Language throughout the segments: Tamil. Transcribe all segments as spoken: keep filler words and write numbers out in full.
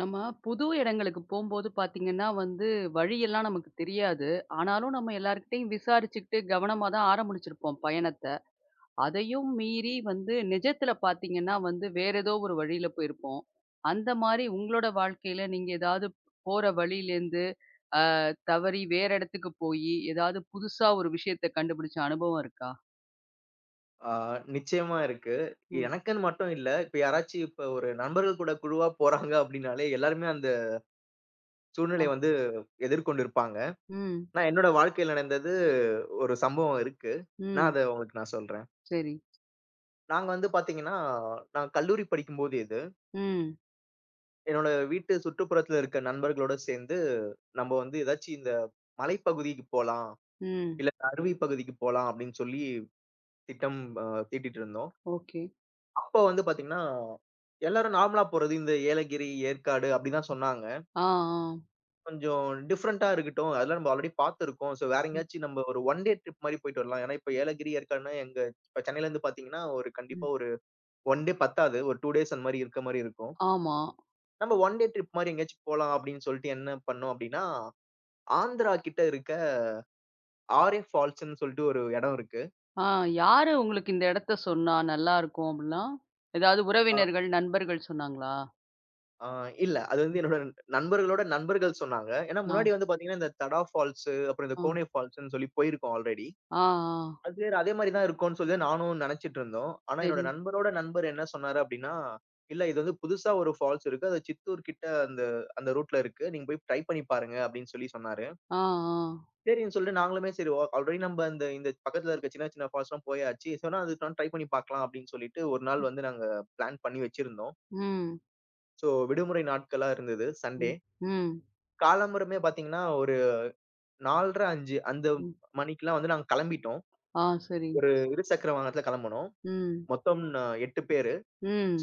நம்ம புது இடங்களுக்கு போம்போது பார்த்தீங்கன்னா வந்து, வழியெல்லாம் நமக்கு தெரியாது. ஆனாலும் நம்ம எல்லார்கிட்டயும் விசாரிச்சுக்கிட்டு கவனமா தான் ஆரம்பிச்சிருப்போம் பயணத்த. அதையும் மீறி வந்து நிஜத்துல பார்த்தீங்கன்னா வந்து, வேற ஏதோ ஒரு வழியில போயிருப்போம். அந்த மாரி உங்களோட வாழ்க்கையில நீங்க ஏதாவது போற வழியிலேருந்து, அ தவறி வேற இடத்துக்கு போயி, ஏதாவது புதுசா ஒரு விஷயத்த கண்டுபிடிச்ச அனுபவம் இருக்கா? ஆ நிச்சயமா இருக்கு. ம். எனக்குன்னு மட்டும் இல்ல. இப்ப யாராச்சும் இப்ப ஒரு நண்பர்கள் கூட குழுவா போறாங்க அப்டின்னாலே, எல்லாருமே அந்த ஆ. சூழ்நிலைய வந்து எதிர்கொண்டு இருப்பாங்க. ம். நான் என்னோட வாழ்க்கையில நடந்தது ஒரு சம்பவம் இருக்கு. நான் ம். அத உங்களுக்கு நான் சொல்றேன். சரி. நாங்க வந்து பாத்தீங்கன்னா, நான் கல்லூரி படிக்கும்போது இது. ம். என்னோட வீட்டு சுற்றுப்புறத்துல இருக்க நண்பர்களோட சேர்ந்து, நம்ம வந்து ஏதாச்சும் இந்த மலைப்பகுதிக்கு போலாம், ம். இல்ல அருவி பகுதிக்கு போலாம் அப்டின்னு சொல்லி திட்டம் அ தீட்டிட்டு இருந்தோம். ஓகே. அப்ப வந்து பாத்தீங்கன்னா, எல்லாரும் நார்மலா போறது இந்த ஏலகிரி, ஏற்காடு அப்டிதான் சொன்னாங்க. ஆ, ஆ. கொஞ்சம் டிஃபரெண்ட்டா இருக்கட்டும். அதெல்லாம் நம்ம ஆல்ரெடி பாத்துருக்கோம். ஸோ வேற ம். எங்கேயாச்சும் நம்ம ஒரு ஒன் டே ட்ரிப் மாரி போயிட்டு வரலாம். ஏன்னா, இப்ப ஏலகிரி, ஏற்காடுன்னா எங்க இப்ப சென்னையிலருந்து பாத்தீங்கன்னா, ஒரு ம். கண்டிப்பா ஒரு 1 டே பத்தாது. ஒரு ரெண்டு டேஸ் அந்த மாரி இருக்க மாரி இருக்கும். ஆமா. நம்ம ஒன் டே ட்ரிப் மாரி எங்கேயாச்சும் போலாம் அப்டின்னு சொல்லிட்டு என்ன பண்ணோம் அப்டின்னா, ஆந்திரா கிட்ட இருக்க ஆரே ஃபால்ஸ்ன்னு சொல்லிட்டு ஒரு இடம் இருக்கு. ஆ, யாரு உங்களுக்கு இந்த இடத்த சொன்னா நல்லாருக்கும் அப்டிலாம்? ஏதாவது உறவினர்கள், நண்பர்கள் சொன்னாங்களா? ஆ இல்ல. அது வந்து ம். என்னோட நண்பர்களோட நண்பர்கள் சொன்னாங்க. ஏன்னா ஆ, முன்னாடி வந்து பாத்தீங்கன்னா, இந்த தடா ஃபால்ஸு, அப்புறம் இந்த ஆ, கோனே ஃபால்ஸ்ன்னு சொல்லி போயிருக்கோம் ஆல்ரெடி. ஆ, ஆ. அது சரி அதே மாரி தான் இருக்கும்ன்னு சொல்லி தான் நானும் நெனச்சுட்டு இருந்தோம். ஆனா என்னோட சரி. நண்பரோட நண்பர் என்ன சொன்னாரு அப்டின்னா, "இல்ல இது வந்து புதுசா ஒரு ஃபால்ஸ் இருக்கு. அது சித்தூர் கிட்ட அந்த அந்த ரூட்ல இருக்கு. நீங்க போய் ட்ரை பண்ணி பாருங்க" அப்டின்னு சொல்லி சொன்னாரு. ஆ, ஆ. சரின்னு சொல்லிட்டு நாங்களுமே சரி ஓ ஆல்ரெடி நம்ம இந்த இந்த பக்கத்துல இருக்க சின்ன சின்ன ஃபால்ஸ்லாம் போயாச்சு. சொன்னா அதுக்கான ட்ரை பண்ணி பாக்கலாம் அப்டின்னு சொல்லிட்டு ஒரு நாள் வந்து நாங்க பிளான் பண்ணி வச்சிருந்தோம். ம், ஸோ விடுமுறை நாட்களா இருந்தது சண்டே. ம், ம், காலம்பரமே பார்த்தீங்கன்னா, ஒரு நாலரை, அஞ்சு அந்த ம். மணிக்கெல்லாம் வந்து நாங்க கிளம்பிட்டோம். ஆ, சரி. ஒரு இருசக்கர வாகனத்துல கிளம்புனோம். ம், மொத்தம் ந எட்டு பேரு.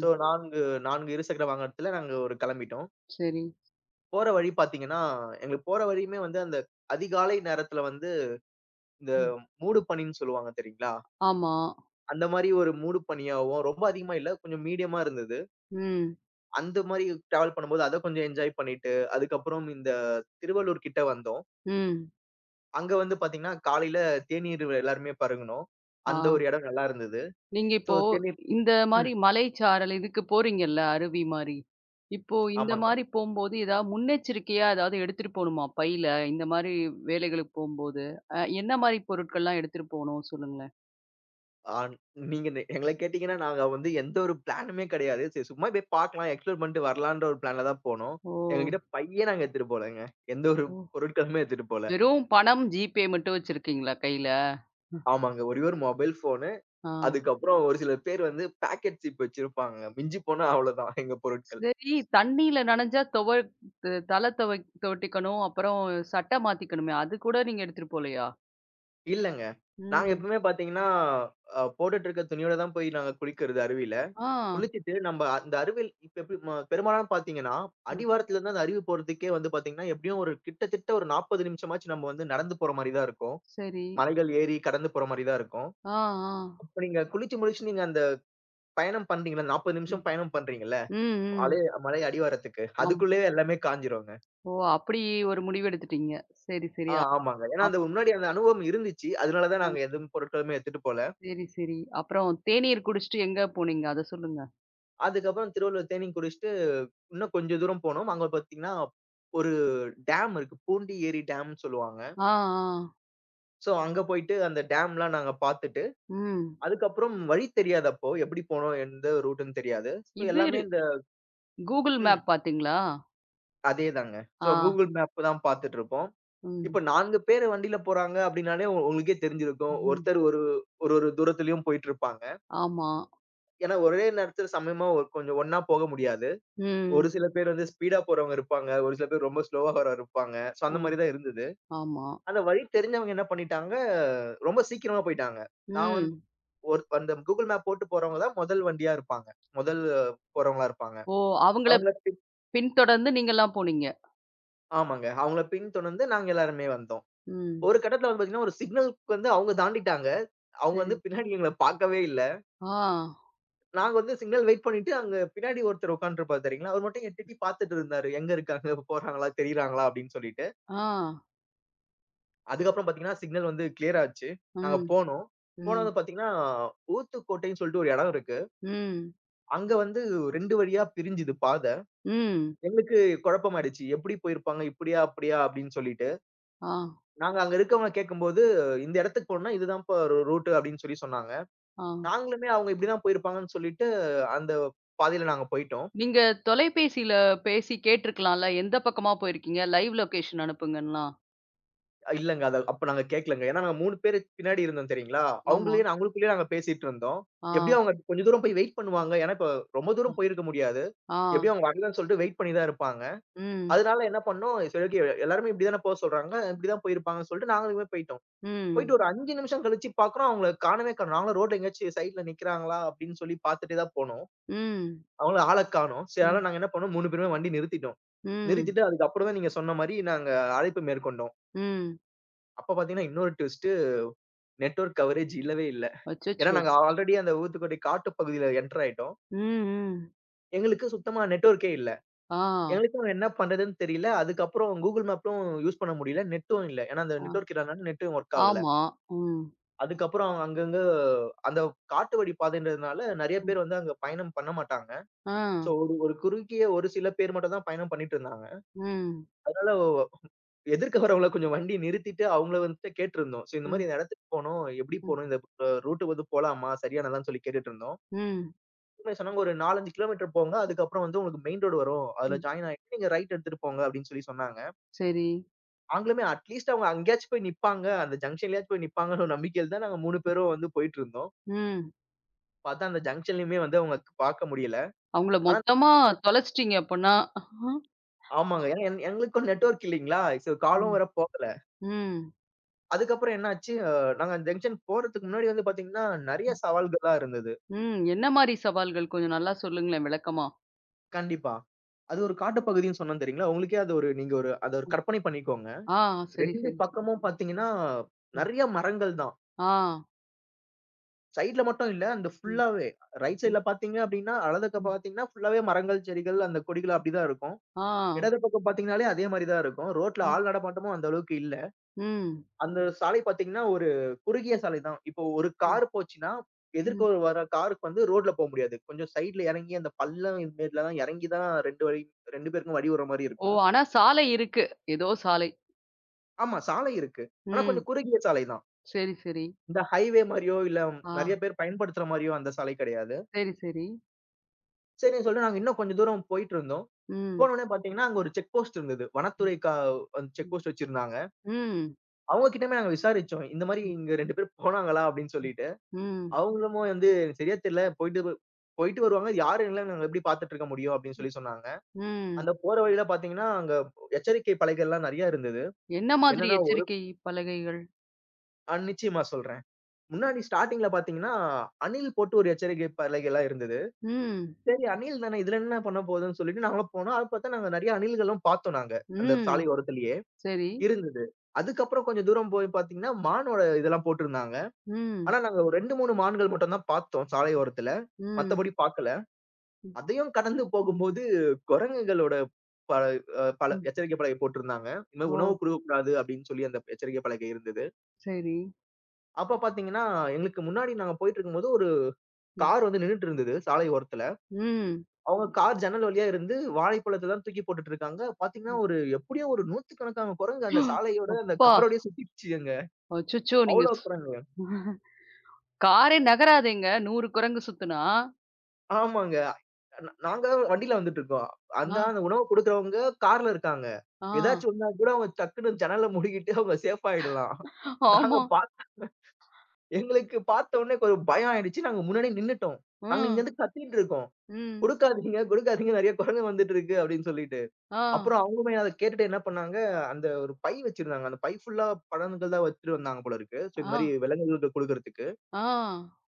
ஸோ நாலு நாலு இருசக்கர வாகனத்துல நாங்க ஒரு கிளம்பிட்டோம். சரி. போற வழி பார்த்தீங்கன்னா, எங்களுக்கு போற வழியுமே வந்து அந்த அதிகாலை நேரத்துல வந்து இந்த ம். மூடுபனின்னு சொல்லுவாங்க தெரியுங்களா? ஆமா. அந்த மாரி ஒரு மூடுபனியாவும், ரொம்ப அதிகமா இல்ல. கொஞ்சம் மீடியமா இருந்தது. ம், அந்த மாரி டிராவல் பண்ணும்போது அத கொஞ்சம் என்ஜாய் பண்ணிட்டு, அதுக்கப்புறம் இந்த திருவள்ளூர் கிட்ட வந்தோம். ம். அங்க வந்து பாத்தீங்கன்னா, காலையில தேநீர் எல்லாருமே பருகுனோம். ஆ. அந்த ஒரு இடம் நல்லா இருந்தது. நீங்க சோ இப்போ தேநீர் இந்த மாரி ம். மலைச்சாரல் இதுக்கு போறீங்கல்ல, அருவி மாரி. இப்போ இந்த ஆமாங்க. மாரி போம்போது, ஏதாவது முன்னெச்சரிக்கையா ஏதாவது எடுத்துட்டு போணுமா பையில? இந்த மாரி வேலைகளுக்கு போம்போது, அ என்ன மாரி பொருட்கள்லாம் எடுத்துட்டு போணும் சொல்லுங்களேன்? ஆ நீங்க நெ எங்கள கேட்டீங்கன்னா, நாங்க வந்து எந்த ஒரு பிளானுமே கிடையாது. சரி சும்மா போய் பாக்கலாம், எக்ஸ்ப்ளோர் பண்ணிட்டு வரலான்ற ஒரு பிளான்ல தான் போனோம். ஓ! எங்ககிட்ட பையே நாங்க எடுத்துட்டு போலங்க. எந்த ஒரு ஓ! பொருட்களுமே எடுத்துட்டு போல. வெறும் பணம், ஜிபே மட்டும் வச்சிருக்கீங்களா கையில? ஆமாங்க. ஒரே ஒரு மொபைல் ஃபோனு, ஆ. அதுக்கப்புறம் ஒரு சில பேர் வந்து பாக்கெட் சிப் வச்சிருப்பாங்க. மிஞ்சி போனா அவ்வளோதான் எங்க பொருட்கள். சரி, தண்ணீல நனைஞ்சா துவ து தல துவை துவட்டிக்கணும். அப்புறம் சட்டை மாத்திக்கணுமே, அது கூட நீங்க எடுத்துட்டு போலையா? இல்லங்க. நாங்க ம். எப்பவுமே பாத்தீங்கன்னா, அ போட்டுட்டு இருக்க துணியோட தான் போய் நாங்க குளிக்கிறது அருவியில. ஆ. குளிச்சிட்டு நம்ப அந்த அருவியில் இப்ப எப்படி ம பெரும்பாலும் பார்த்தீங்கன்னா, அ. அடிவாரத்துல இருந்து அந்த அருவி போறதுக்கே வந்து பார்த்தீங்கன்னா, எப்படியும் ஒரு கிட்டத்தட்ட ஒரு நாற்பது நிமிஷமாச்சும் நம்ம வந்து நடந்து போற மாரி தான் இருக்கும். சரி. மலைகள் ஏறி கடந்து போற மாரி தான் இருக்கும். ஆ, ஆ. இப்ப நீங்க குளிச்சு முடிச்சு நீங்க அந்த பயணம் பண்றீங்கல்ல, நாற்பது ம். நிமிஷம் பயணம் பண்றீங்கல்ல, ம், ம். அலை மலை அடிவாரத்துக்கு. ஆம். அதுக்குள்ளயே எல்லாமே காய்ஞ்சிருங்க. ஓ! அப்படி ஒரு முடிவு எடுத்துட்டீங்க. சரி, சரி. ஆ அப் ஆமாங்க. ஏன்னா அப் அந்த முன்னாடி அந்த அனுபவம் இருந்துச்சு. அதனால தான் நாங்க எதுவும் பொருட்களுமே எடுத்துட்டு போல. சரி, சரி. அப்புறம் தேநீர் குடிச்சிட்டு எங்க போனீங்க? அத சொல்லுங்க. அதுக்கப்புறம் திருவள்ளுவர் தேனீ குடிச்சிட்டு இன்னும் கொஞ்சம் தூரம் போனோம். அங்க பார்த்தீங்கன்னா, ஒரு டேம் இருக்கு. பூண்டி ஏரி டேம்ன்னு சொல்லுவாங்க. ஆ, ஆ. சோ, அங்க போயிட்டு அந்த டேம்லாம் நாங்க பாத்துட்டு, ம். அதுக்கப்புறம் வழி தெரியாது அப்போ. எப்படி போனோம்? எந்த ரூட்டுன்னு தெரியாது. சோ, இது எல்லாமே இரு இந்த Google ம். மேப் பார்த்தீங்களா? அதேதாங்க. சோ, ஆ. Google மேப் தான் பாத்துட்டுருப்போம். இப்ப ம். நாலு பேரு வண்டியில போறாங்க அப்படின்னாலே உ உங்களுக்கே தெரிஞ்சிருக்கும். ம். ஒருத்தர் ஒரு ஒரு ஒரு தூரத்திலயும் போயிட்டுருப்பாங்க. ஆமா. ஏன்னா, ஒரே நேரத்துல சமயமா ஒ கொஞ்சம் ஒண்ணா போக முடியாது. ம். ஒரு சில பேர் வந்து ஸ்பீடா போறவங்க இருப்பாங்க. ஒரு சில பேர் ரொம்ப ஸ்லோவா போறவங்க இருப்பாங்க. சோ, ஆ. அந்த மாரி தான் இருந்தது. ஆமா. அந்த வழி தெரிஞ்சவங்க என்ன பண்ணிட்டாங்க, ரொம்ப சீக்கிரமா போயிட்டாங்க. நான் வந்து ம். ஒரு அந்த கூகுள் மேப் போட்டு போறவங்க தான் முதல் வண்டியா இருப்பாங்க. முதல் போறவங்களா இருப்பாங்க. ஓ! அவங்கள அவங்கள பின் பின்தொடர்ந்து நீங்கலாம் போனீங்க. ஆமாங்க. அவங்கள பின்தொடர்ந்து நாங்க எல்லாருமே வந்தோம். ம். ஒரு கட்டத்துல வந்து பார்த்தீங்கன்னா, ஒரு சிக்னலுக்கு வந்து அவங்க தாண்டிட்டாங்க. அவங்க சரி. வந்து பின்னாடி எங்கள பார்க்கவே இல்ல. ஆ. நாங்க வந்து சிக்னல் வெயிட் பண்ணிட்டு அங்க பின்னாடி ஒருத்தர் உட்கார்ந்துருப்பாரு தெரியுங்களா? அவர் மட்டும் எட்டி எட்டி பார்த்துட்டு இருந்தாரு. எங்க இருக்காங்க? போறாங்களா? தெரியிறாங்களா? அப்படின்னு சொல்லிட்டு. ஆ. அதுக்கப்புறம் பார்த்தீங்கன்னா, சிக்னல் வந்து கிளியர் ஆச்சு. நாங்க ம். போனோம். ம். போனது பார்த்தீங்கன்னா, ஊத்துக்கோட்டைன்னு சொல்லிட்டு ஒரு இடம் இருக்கு. ம். அங்க வந்து ரெண்டு வழியா பிரிஞ்சுது பாத. ம். எங்களுக்கு குழப்பமாயிடுச்சு. எப்படி போயிருப்பாங்க? இப்படியா? அப்படியா? அப்படின்னு சொல்லிட்டு. ஆ. நாங்க அங்க இருக்கவங்கள கேட்கும்போது, "இந்த இடத்துக்கு போணும்னா இதுதான்ப்பா ரூ ரூட்டு" அப்படின்னு சொல்லி சொன்னாங்க. ஆ. நாங்களுமே அவங்க இப்படிதான் போயிருப்பாங்கன்னு சொல்லிட்டு, அந்த பாதையில நாங்க போயிட்டோம். நீங்க தொலைபேசியில பேசி கேட்டுருக்கலாம்ல. எந்த பக்கமா போயிருக்கீங்க? Live location அனுப்புங்கன்லாம். அஹ் இல்லங்க. அத அப்ப நாங்க கேட்கலங்க. ஏன்னா நாங்க மூணு பேரு பின்னாடி இருந்தோம் தெரியுங்களா? ஆமா. அவங்களயே அவங்களுக்குள்ளயே நாங்க பேசிட்டு இருந்தோம். ஆ. எப்படியும் அவங்க கொஞ்சம் தூரம் போய் வெயிட் பண்ணுவாங்க. ஏன்னா இப்ப ரொம்ப தூரம் போயிருக்க முடியாது. ஆ. எப்படியும் அவங்க வரலன்னு சொல்லிட்டு வெயிட் பண்ணி தான் இருப்பாங்க. ம். அதனால என்ன பண்ணோம், சரி ஓகே எல்லாருமே இப்படிதானே போ சொல்றாங்க. இப்படிதான் போயிருப்பாங்கன்னு சொல்லிட்டு நாங்களுமே போயிட்டோம். ம். போயிட்டு ஒரு அஞ்சு நிமிஷம் கழிச்சு பார்க்குறோம், அவங்கள காணவே காணோம். நாங்களும் ரோட்ல எங்கேயாச்சும் சைட்ல நிக்கிறாங்களா அப்படின்னு சொல்லி பார்த்துட்டே தான் போனோம். ம். அவங்கள ஆள காணோம். சரி ம். அதனால நாங்க என்ன பண்ணோம், மூணு பேருமே வண்டி நிறுத்திட்டோம். ம். நிறுத்திட்டு அதுக்கப்புறம் தான் நீங்க சொன்ன மாரி நாங்க அழைப்பு மேற்கொண்டோம். ம். அப்ப பார்த்தீங்கன்னா, இன்னொரு ட்விஸ்ட்டு நெட்வொர்க் கவரேஜ் இல்லவே இல்ல. ஏன்னா அச்சச்சோ! நாங்க ஆல்ரெடி அந்த ஊத்துக்கோட்டை காட்டுப் பகுதியில என்டர் ஆயிட்டோம். ம். ம். எங்களுக்கு சுத்தமா நெட்வொர்க்கே இல்ல. ஆ. எங்களுக்கும் என்ன பண்றதுன்னு தெரியல. அதுக்கப்புறம் Google மேப்லும் யூஸ் பண்ண முடியல. நெட்டும் இல்ல. ஏன்னா அந்த ஆ. நெட்வொர்க் இல்லனால நெட்டும் ஒர்க் ஆகல. ஆமா. ம். அதுக்கப்புறம் அவங்க அங்கங்க அந்த காட்டு வழி பாதைன்றதுனால நெறைய ம். பேர் வந்து அங்க பயணம் பண்ண மாட்டாங்க. ஆ. ஸோ ஒரு ஒரு குறுகிய ஒரு சில பேர் மட்டும் தான் பயணம் பண்ணிட்டு இருந்தாங்க. ம். அதனால ஒ- எதிர்க்க வரவங்கள கொஞ்சம் வண்டி நிறுத்திட்டு அவங்கள வந்துட்டு கேட்டிருந்தோம். ஸோ இந்த மாரி ம். இந்த இடத்துக்கு போணும். எப்படி ம். போணும்? இந்த அ ரூட் வந்து போலாமா? சரியானதான்னு சொல்லி கேட்டுட்டு இருந்தோம். ம். அவங்க சொன்னாங்க ஒரு நாலு, அஞ்சு கிலோமீட்டர் போங்க. அதுக்கப்புறம் வந்து உங்களுக்கு மெயின் ரோடு வரும். அதுல ம். ஜாயின் ஆயிட்டு நீங்க ரைட் எடுத்துட்டு போங்க அப்படின்னு சொல்லி சொன்னாங்க. சரி. நாங்களுமே அட்லீஸ்ட் அவங்க அங்கேயாச்சும் போய் நிப்பாங்க. அந்த ஜங்ஷன்லயாச்சும் போய் நிப்பாங்கன்னு ஒரு நம்பிக்கையில தான் நாங்க மூணு பேரும் வந்து போயிட்டு இருந்தோம். ம். பார்த்தா அந்த ஜங்ஷன்லயுமே வந்து அவங்க பார்க்க முடியல. அவங்கள ஆனா மொத்தமா தொலைச்சிட்டீங்க அப்பன்னா. ஆமாங்க. ஏன்னா எங் எங்களுக்கும் நெட்வொர்க் இல்லைங்களா? சோ காலும் ம். வேற போகல. ம். அதுக்கப்புறம் என்னாச்சு, அ நாங்க அந்த ஜங்ஷன் போறதுக்கு முன்னாடி வந்து பார்த்தீங்கன்னா, நெறைய சவால்களா இருந்தது. ம். என்ன மாரி சவால்கள்? கொஞ்சம் நல்லா சொல்லுங்களேன் விளக்கமா. கண்டிப்பா. அது ஒரு காட்டுப் பகுதின்னு சொன்னேன் தெரியுங்களா? உங்களுக்கே அது ஒரு நீங்க ஒரு அத ஒரு கற்பனை பண்ணிக்கோங்க. ஆ, சரி, ரெண்டு சரி. பக்கமும் பார்த்தீங்கன்னா, நெறைய மரங்கள் தான். ஆ. சைடுல மட்டும் இல்ல, அந்த ம், ஃபுல்லாவே. ரைட் ம், சைடுல பார்த்தீங்க அப்டின்னா, வலது பக்கம் ம். பார்த்தீங்கன்னா, ஃபுல்லாவே மரங்கள், செடிகள், அந்த கொடிகள் அப்டிதான் இருக்கும். ஆ. இடது பக்கம் பார்த்தீங்கனாலே அதே மாரி தான் இருக்கும். ரோட்ல ம், ஆள் நடமாட்டமும் அந்த அளவுக்கு இல்ல. ம், அந்த சாலை பார்த்தீங்கன்னா, ஒரு குறுகிய சாலை தான். இப்போ ஒரு ம், கார் போச்சுன்னா, எதிர்க்க ம். ஒரு வர காருக்கு வந்து ரோட்ல போ முடியாது. கொஞ்சம் சைட்ல இறங்கி அந்த பள்ளம் இதுமாரில தான் இறங்கி தான் ரெண்டு வழி ரெண்டு பேருக்கும் வழி வர மாரி ஓ! இருக்கும். ஆனா சாலை இருக்கு. ஏதோ சாலை. ஆமா, சாலை இருக்கு. ஆனா ம். கொஞ்சம் குறுகிய சாலை தான். சரி, சரி. இந்த ஹைவே மாரியோ, இல்ல ஆ. நெறைய பேர் பயன்படுத்துற மாரியோ அந்த சாலை கிடையாது. சரி, சரி. சரின்னு சொல்லிட்டு நாங்க இன்னும் கொஞ்சம் தூரம் போயிட்டுருந்தோம். ம். போனோனே பார்த்தீங்கன்னா, அங்க ஒரு செக் போஸ்ட் இருந்தது. ம், வனத்துறை கா செக் ம். போஸ்ட் வச்சிருந்தாங்க. ம். அவங்க கிட்டயுமே நாங்க விசாரிச்சோம். இந்த மாரி இங்க ரெண்டு பேர் போனாங்களா? அப்படின்னு ம். சொல்லிட்டு. ம். அவங்களுமோ வந்து "எனக்கு சரியா தெரியல. போயிட்டு வ போயிட்டு வருவாங்க. யாரு இல்ல நாங்க எப்படி பார்த்துட்டு இருக்க முடியும் அப்படின்னு சொல்லி சொன்னாங்க. ம். அந்த போற வழியில பார்த்தீங்கன்னா, அங்க எச்சரிக்கை பலகைகள்லாம் நெறைய இருந்தது. என்ன மாதிரி என்னன்னா எச்சரிக்கை பலகைகள்? ஆ நிச்சயமா சொல்றேன். முன்னாடி ஸ்டார்ட்டிங்ல பார்த்தீங்கன்னா, அணில் போட்டு ஒரு எச்சரிக்கை பலகைலாம் இருந்தது. ம். சரி அணில் தானே இதுல என்ன பண்ண போகுதுன்னு சொல்லிட்டு நாங்களும் போனோம். அது பார்த்தா நாங்க நெறைய அணில்களும் பார்த்தோம் நாங்க. அந்த ம். சாலை ஓரத்திலேயே சரி. இருந்தது. அதுக்கப்புறம் கொஞ்சம் தூரம் போய் பார்த்தீங்கன்னா, மானோட இதெல்லாம் போட்டிருந்தாங்க. ம். ஆனா நாங்க ஒரு ரெண்டு, மூணு மான்கள் மட்டும் தான் பார்த்தோம் சாலை ஓரத்துல. ம். மத்தபடி பார்க்கல. ம். அதையும் கடந்து போகும்போது, குரங்குகளோட பல அ பல ம். எச்சரிக்கை பலகை போட்டிருந்தாங்க. இந்த ஓ! மாரி உணவு குடுக்கக்கூடாது அப்படின்னு சொல்லி அந்த எச்சரிக்கை பலகை இருந்தது. சரி. அப்ப பாத்தீங்கன்னா, எங்களுக்கு முன்னாடி நாங்க போயிட்டுருக்கும்போது, ஒரு ம். கார் வந்து நின்னுட்டு இருந்தது சாலை ஓரத்துல. ம். அவங்க கார் ஜன்னல் வழியா இருந்து வாழைப்பழத்த தான் தூக்கி போட்டுட்டு இருக்காங்க. பாத்தீங்கன்னா, ம். ஒரு எப்படியும் ஒரு நூற்றுக்கணக்கான குரங்கு அந்த சாலையோட, அந்த அப்பா! காரோடயே சுத்திடுச்சுங்க. அச்சச்சோ! நீங்க அவ்வளோ ஸ் குரங்கு. காரே நகராதேங்க. நூறு குரங்கு சுத்துனா. ஆமாங்க. நா நாங்க வண்டியில வந்துட்டுருக்கோம். ஆ, அந்த அந்த உணவு குடுக்குறவங்க கார்ல இருக்காங்க. ஆ. ஏதாச்சும் ஒண்ணா கூட அவங்க டக்குன்னு ஜன்னல மூடிக்கிட்டு அவங்க சேஃப் ஆயிடலாம். நாங்க ஆமா. பாத் எங்களுக்கு பார்த்த உடனே ஒரு பயம் ஆயிடுச்சு. நாங்க முன்னாடியே நின்னுட்டோம். நாங்க ம், இங்கருந்து கத்திட்டு இருக்கோம். ம். "குடுக்காதீங்க, குடுக்காதீங்க நெறைய குரங்கு வந்துட்டு இருக்கு" அப்படின்னு சொல்லிட்டு. ஆ, அப்புறம் அவங்களுமே அத கேட்டுட்டு என்ன பண்ணாங்க, அந்த ஒரு பை வச்சிருந்தாங்க. அந்த பை ஃபுல்லா பழங்கள் தான் வச்சுட்டு வந்தாங்க போல இருக்கு. சோ, இந்த ஆ, மாரி விலங்குகளுக்கு குடுக்குறதுக்கு. ஆ.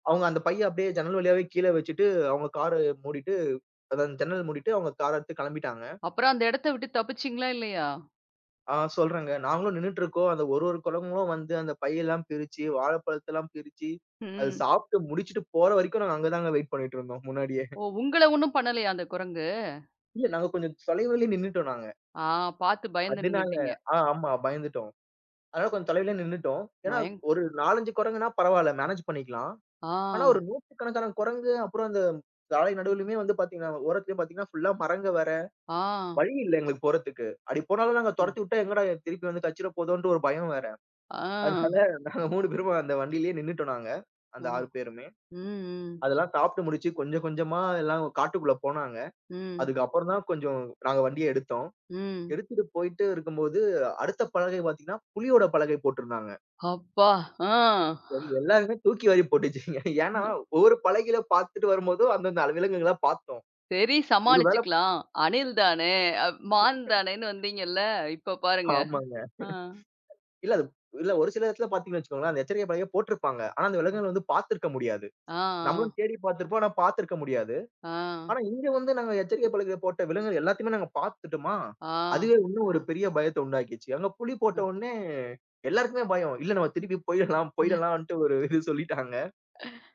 அவங்க அந்த பைய அப்படியே ஜன்னல் வழியாவே கீழ வச்சுட்டு, அவங்க கார மூடிட்டு, அதான் ஜன்னல் மூடிட்டு அவங்க கார எடுத்து கிளம்பிட்டாங்க. அப்புறம் அந்த இடத்த விட்டு தப்பிச்சீங்களா இல்லையா? ஆ சொல்றேங்க. நாங்களும் நின்னுட்டுருக்கோம். அந்த ஒரு ஒரு குழம்பங்களும் வந்து அந்த பையெல்லாம் பிரிச்சு, வாழைப்பழத்தெல்லாம் பிரிச்சு, அது ம். சாப்பிட்டு முடிச்சுட்டு போற வரைக்கும் நாங்க அங்க தாங்க வெயிட் பண்ணிட்டுருந்தோம் முன்னாடியே. ஓ! உங்கள ஒண்ணும் பண்ணலையா அந்த குரங்கு? இல்ல நாங்க கொஞ்சம் தொலைவிலயே நின்னுட்டோம் நாங்க. ஆ, பார்த்து பயந்து அதனால நின்னுட்டீங்க. ஆ ஆமா பயந்துட்டோம். அதனால கொஞ்சம் தொலைவிலயே நின்னுட்டோம். ஏன்னா பயங் ஒரு நாலு, அஞ்சு குரங்குன்னா பரவால்ல மேனேஜ் பண்ணிக்கலாம். ஆ, ஆனா ஒரு நூற்றுக்கணக்கான குரங்கு, அப்புறம் அந்த சாலை நடுவுலயுமே வந்து பார்த்தீங்கன்னா, ஓரத்துலயும் பார்த்தீங்கன்னா, ஃபுல்லா மரங்க வேற. ஆ, வழி இல்ல எங்களுக்கு போறதுக்கு. அப்படி போனாலும் நாங்க ம். தொரத்தி விட்டா எங்கடா திருப்பி வந்து கச்சிட போதோன்ற ஒரு பயம் வேற. ஆ, அதனால நாங்க மூணு பேரும் அந்த வண்டியிலேயே நின்னுட்டோம் நாங்க. அந்த ம், ஆறு பேருமே. ம், அதெல்லாம் சாப்பிட்டு முடிச்சு கொஞ்சம் கொஞ்சமா எல்லாம் காட்டுக்குள்ள போனாங்க. ம், அதுக்கப்புறம் தான் கொஞ்சம் நாங்க வண்டிய எடுத்தோம். ம். எடுத்துட்டு போயிட்டு இருக்கும்போது, அடுத்த பலகை பார்த்தீங்கன்னா, புலியோட பலகை போட்டிருந்தாங்க. அப்பா! ஆ. எல்லாருமே தூக்கி வாரி போட்டுச்சுங்க. ஏன்னா, ஒவ்வொரு பலகையில பார்த்துட்டு வரும்போதும் அந்தந்த விலங்குகள பார்த்தோம். சரி ஒரு வேள சமாளிச்சுக்கலாம். அணில் தானே, அ மான் தானேன்னு வந்தீங்கல்ல, இப்ப பாருங்க. ஆமாங்க. ஆ, இல்ல அது இல்ல ஒரு சில இடத்துல பார்த்தீங்கன்னு வச்சுக்கோங்களேன், அந்த எச்சரிக்கை பலகைய போட்டிருப்பாங்க. ஆனா அந்த அ. விலங்குகள் வந்து பார்த்திருக்க முடியாது. ஆ, ஆ. நம்மளும் தேடி பார்த்திருப்போம். ஆனா பார்த்திருக்க முடியாது. ஆ, ஆனா இங்க வந்து நாங்க எச்சரிக்கை பலகை போட்ட விலங்குகள் எல்லாத்தையுமே நாங்க பார்த்துட்டோமா, ஆ. அதுவே இன்னும் ஒரு பெரிய பயத்த உண்டாக்கிச்சு. அங்க புலி போட்ட ம், உடனே எல்லாருக்குமே பயம். இல்ல நம்ம ம், திருப்பி போயிடலாம், போயிடலான்ட்டு ஒரு இது சொல்லிட்டாங்க.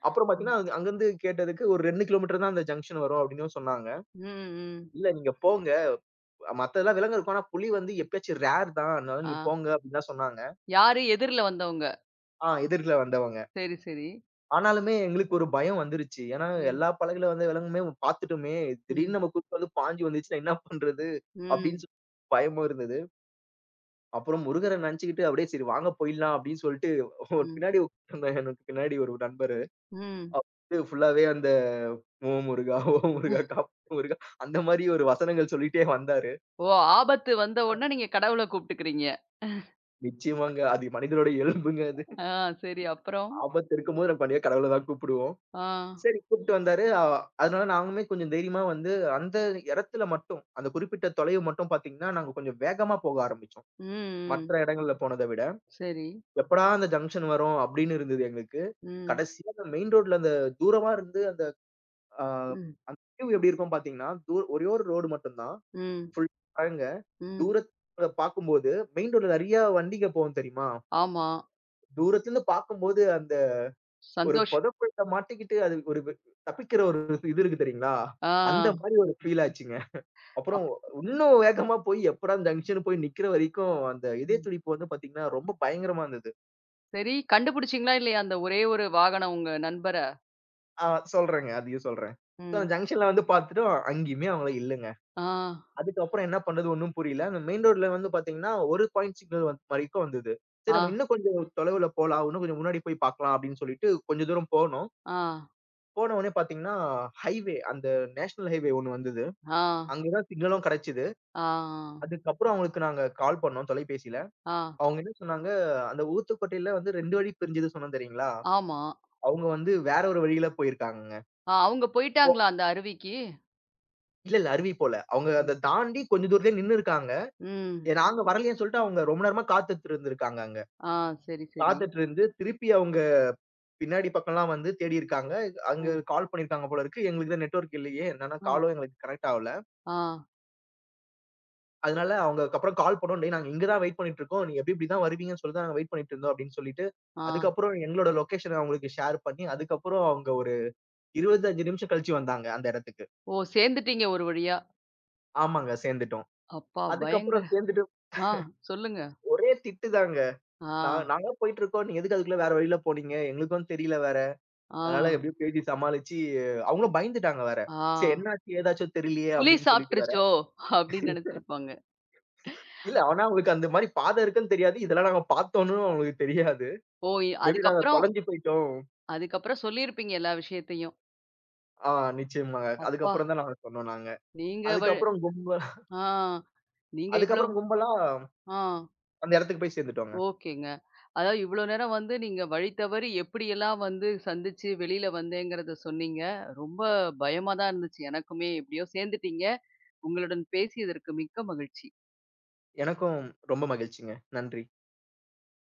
அப்புறம் ம். பார்த்தீங்கன்னா, அங்க அங்கருந்து கேட்டதுக்கு ஒரு ரெண்டு கிலோமீட்டர் தான் அந்த ஜங்ஷன் வரும் அப்டின்னும் சொன்னாங்க. ம், ம். இல்ல நீங்க போங்க. மத்ததெல்லாம் விலங்கு இருக்கும். ஆனா புலி வந்து எப்பயாச்சும் ரேர் தான். அதனால நீங்க ஆ. போங்க அப்டின்னு தான் சொன்னாங்க. யாரு எதிர்ல வந்தவங்க. ஆ எதிர்ல வந்தவங்க. சரி, சரி. ஆனாலுமே எங்களுக்கு ஒரு பயம் வந்துருச்சு. ஏன்னா ம், எல்லா பலகையில வந்த விலங்குமே பார்த்துட்டோமே! ம், திடீர்னு நம்ம குறுக்க வந்து பாஞ்சு வந்துச்சுன்னா என்ன பண்றது? ம், அப்படின்னு சொல்லி பயமும் இருந்தது. அப்புறம் முருகர நினைச்சுக்கிட்டு அப்படியே சரி வாங்க போயிடலாம் அப்படின்னு சொல்லிட்டு ஒரு ம், பின்னாடி உட்கார்ந்தாங்க எனக்கு பின்னாடி ஒரு நண்பரு. ம். அவரு ஃபுல்லாவே அந்த ஓ முருகா! ஓ முருகா! காப்பாத்து முருகா! அந்த மாரி ஒரு வசனங்கள் சொல்லிட்டே வந்தாரு. ஓ! ஆபத்து வந்த உடனே நீங்க கடவுள கூப்பிட்டுக்கிறீங்க. நிச்சயமாங்க. அது மனிதனோட இயல்புங்க அது. ஆ, சரி அப்புறம்? ஆபத்து இருக்கும்போது நம்ம கண்டிப்பா கடவுள தான் கூப்பிடுவோம். ஆ. சரி கூப்ட்டு வந்தாரு. அ அதனால நாங்களுமே கொஞ்சம் தைரியமா வந்து அந்த இடத்துல மட்டும், அந்த குறிப்பிட்ட தொலைவு மட்டும் பார்த்தீங்கன்னா, நாங்க கொஞ்சம் வேகமா போக ஆரம்பிச்சோம். ம், மற்ற ம். இடங்கள்ல போனத விட. சரி. எப்படா அந்த ஜங்ஷன் வரும் அப்படின்னு இருந்தது எங்களுக்கு. ம், கடைசியா அந்த மெயின் ரோட்ல அந்த தூரமா இருந்து அந்த அ ம், வியூ எப்படி இருக்கும் பார்த்தீங்கன்னா, தூ ஒரே ஒரு ரோடு மட்டும் தான். ம், ஃபுல் பாருங்க. ம். தூரத்துல பார்க்கும்போது மெயின் ரோட்ல நெறைய வண்டிங்க போகும் தெரியுமா? ஆமா. தூரத்துலருந்து பார்க்கும்போது அந்த ஒரு சந்தோஷ் பொதப்புல்ல மாட்டிக்கிட்டு அது ஒரு தப்பிக்கிற ஒரு இது இருக்கு தெரியுங்களா? ஆ. அந்த மாரி ஒரு ஃபீல் ஆச்சுங்க. அப்புறம் அப் இன்னும் வேகமா போய் எப்படா அந்த ஜங்ஷன் போய் நிக்கிற வரைக்கும் அந்த இதய ம். துடிப்பு வந்து பாத்தீங்கன்னா, ரொம்ப பயங்கரமா இருந்தது. சரி கண்டுபிடிச்சீங்களா இல்லையா? அந்த ஒரே ஒரு வாகனம் உங்க நண்பர? ஆ சொல்றேங்க. அதையும் சொல்றேன். சோ அந்த ம். ஜங்ஷன்ல வந்து பாத்துட்டோம். அங்கேயுமே அவங்கள இல்லங்க. ஆ, அதுக்கப்புறம் என்ன பண்றது ஒண்ணும் புரியல. அந்த மெயின் ரோட்ல வந்து பாத்தீங்கன்னா, ஒரு பாயிண்ட் சிக்னல் வந்து வரைக்கும் வந்தது. சரி ஆ, நம்ம இன்னும் கொஞ்சம் தொலைவுல போலாம். இன்னும் கொஞ்சம் முன்னாடி போய் பாக்கலாம் அப்படின்னு சொல்லிட்டு கொஞ்ச தூரம் போனோம். ஆ, போன உடனே பாத்தீங்கன்னா, ஹைவே அந்த நேஷனல் ஹைவே ஒண்ணு வந்தது. ஆ, அங்க தான் சிக்னலும் கிடைச்சது. ஆ, அதுக்கப்புறம் அவங்களுக்கு நாங்க கால் பண்ணோம் தொலைபேசியில. ஆ. அவங்க என்ன சொன்னாங்க, அந்த ஊத்துக்கோட்டையில வந்து ரெண்டு வழி பிரிஞ்சது சொன்னேன் தெரியுங்களா? ஆமா. அவங்க வந்து வேற ஒரு வழியில போயிருக்காங்கங்க. அ அவங்க போ போயிட்டாங்களா அந்த அருவிக்கு? இல்ல, இல்ல அருவி போல. அவங்க ம். அத தாண்டி கொஞ்சம் தூரத்திலேயே நின்னு இருக்காங்க. ம். ஏ, நாங்க வரலையேன்னு சொல்லிட்டு அவங்க ரொம்ப நேரமா காத்துட்டு இருந்திருக்காங்க அங்க. ஆ, சரி, சரி. காத்துட்டு இருந்து திருப்பி அவங்க பின்னாடி பக்கம்லாம் வந்து தேடி இருக்காங்க. அ, அங்க கால் பண்ணியிருக்காங்க போல இருக்கு. எங்களுக்கு தான் நெட்வொர்க் இல்லையே! என்னன்னா ஆ, காலும் எங்களுக்கு கனெக்ட் ஆகல. ஆ, அதனால அவங்களுக்கு அப்புறம் கால் பண்ணோம். "டேய் நாங்க இங்க தான் வெயிட் பண்ணிட்டு இருக்கோம். நீங்க எப்டி இப்டி தான் வருவீங்கன்னு சொல்லி தான் நாங்க வெயிட் பண்ணிட்டு இருந்தோம்" அப்டின்னு சொல்லிட்டு, ஆ. அதுக்கப்புறம் எங்களோட லொகேஷன அவங்களுக்கு ஷேர் பண்ணி, அதுக்கப்புறம் அவங்க இருபத்தி அஞ்சு நிமிஷம் கழிச்சு வந்தாங்க அந்த இடத்துக்கு. ஓ! சேர்ந்துட்டீங்க ஒரு வழியா. ஆமாங்க சேர்ந்துட்டோம். அப்பா அதுக்கப்புறம் பயங்கர சேர்ந்துட்டு ஆ, சொல்லுங்க. ஒரே திட்டு தாங்க. நா ஆ, நாங்க போயிட்டு இருக்கோம். நீங்க எதுக்கு அதுக்குள்ள வேற வழியில போனீங்க? எங்களுக்கும் தெரியல வேற. ஆ, அதனால எப்படியோ பேசி சமாளிச்சு அவங்களும் பயந்துட்டாங்க வேற. ஆ. சரி என்னாச்சு? ஏதாச்சும் தெரியலையே புலி அப்படின்னு சொல்லிட்டு வேற. சாப்ட்டுருச்சோ! அப்படின்னு நெனச்சிருப்பாங்க. இல்ல ஆனா அவங்களுக்கு அந்த மாரி பாதை இருக்குன்னு தெரியாது. இதெல்லாம் நாங்க பார்த்தோம்ன்னு அவங்களுக்கு தெரியாது. ஓ! இ மேபி நாங்க அதுக்கப்புறம் தொலைஞ்சு போயிட்டோம். அதுக்கப்புறம் சொல்லியிருப்பீங்க எல்லா விஷயத்தையும். ஆ நிச்சயமாங்க. அப்பா! அதுக்கப்புறம் தான் நாங்க சொன்னோம் நாங்க. நீங்க வ அதுக்கப்புறம் கும்ப ஆ. நீங்க இவ்ளோ அதுக்கப்புறம் கும்பலா ஆ. அந்த இடத்துக்கு போய் சேர்ந்துட்டோங்க. ஓகேங்க. அதாவது இவ்வளோ நேரம் வந்து நீங்க வழி தவறி எப்படியெல்லாம் வந்து சந்திச்சு வெளியில வந்தேங்கிறத சொன்னீங்க. ரொம்ப பயமா தான் இருந்துச்சு எனக்குமே. எப்படியோ சேர்ந்துட்டீங்க. உங்களுடன் பேசியதற்கு மிக்க மகிழ்ச்சி. எனக்கும் ரொம்ப மகிழ்ச்சிங்க. நன்றி.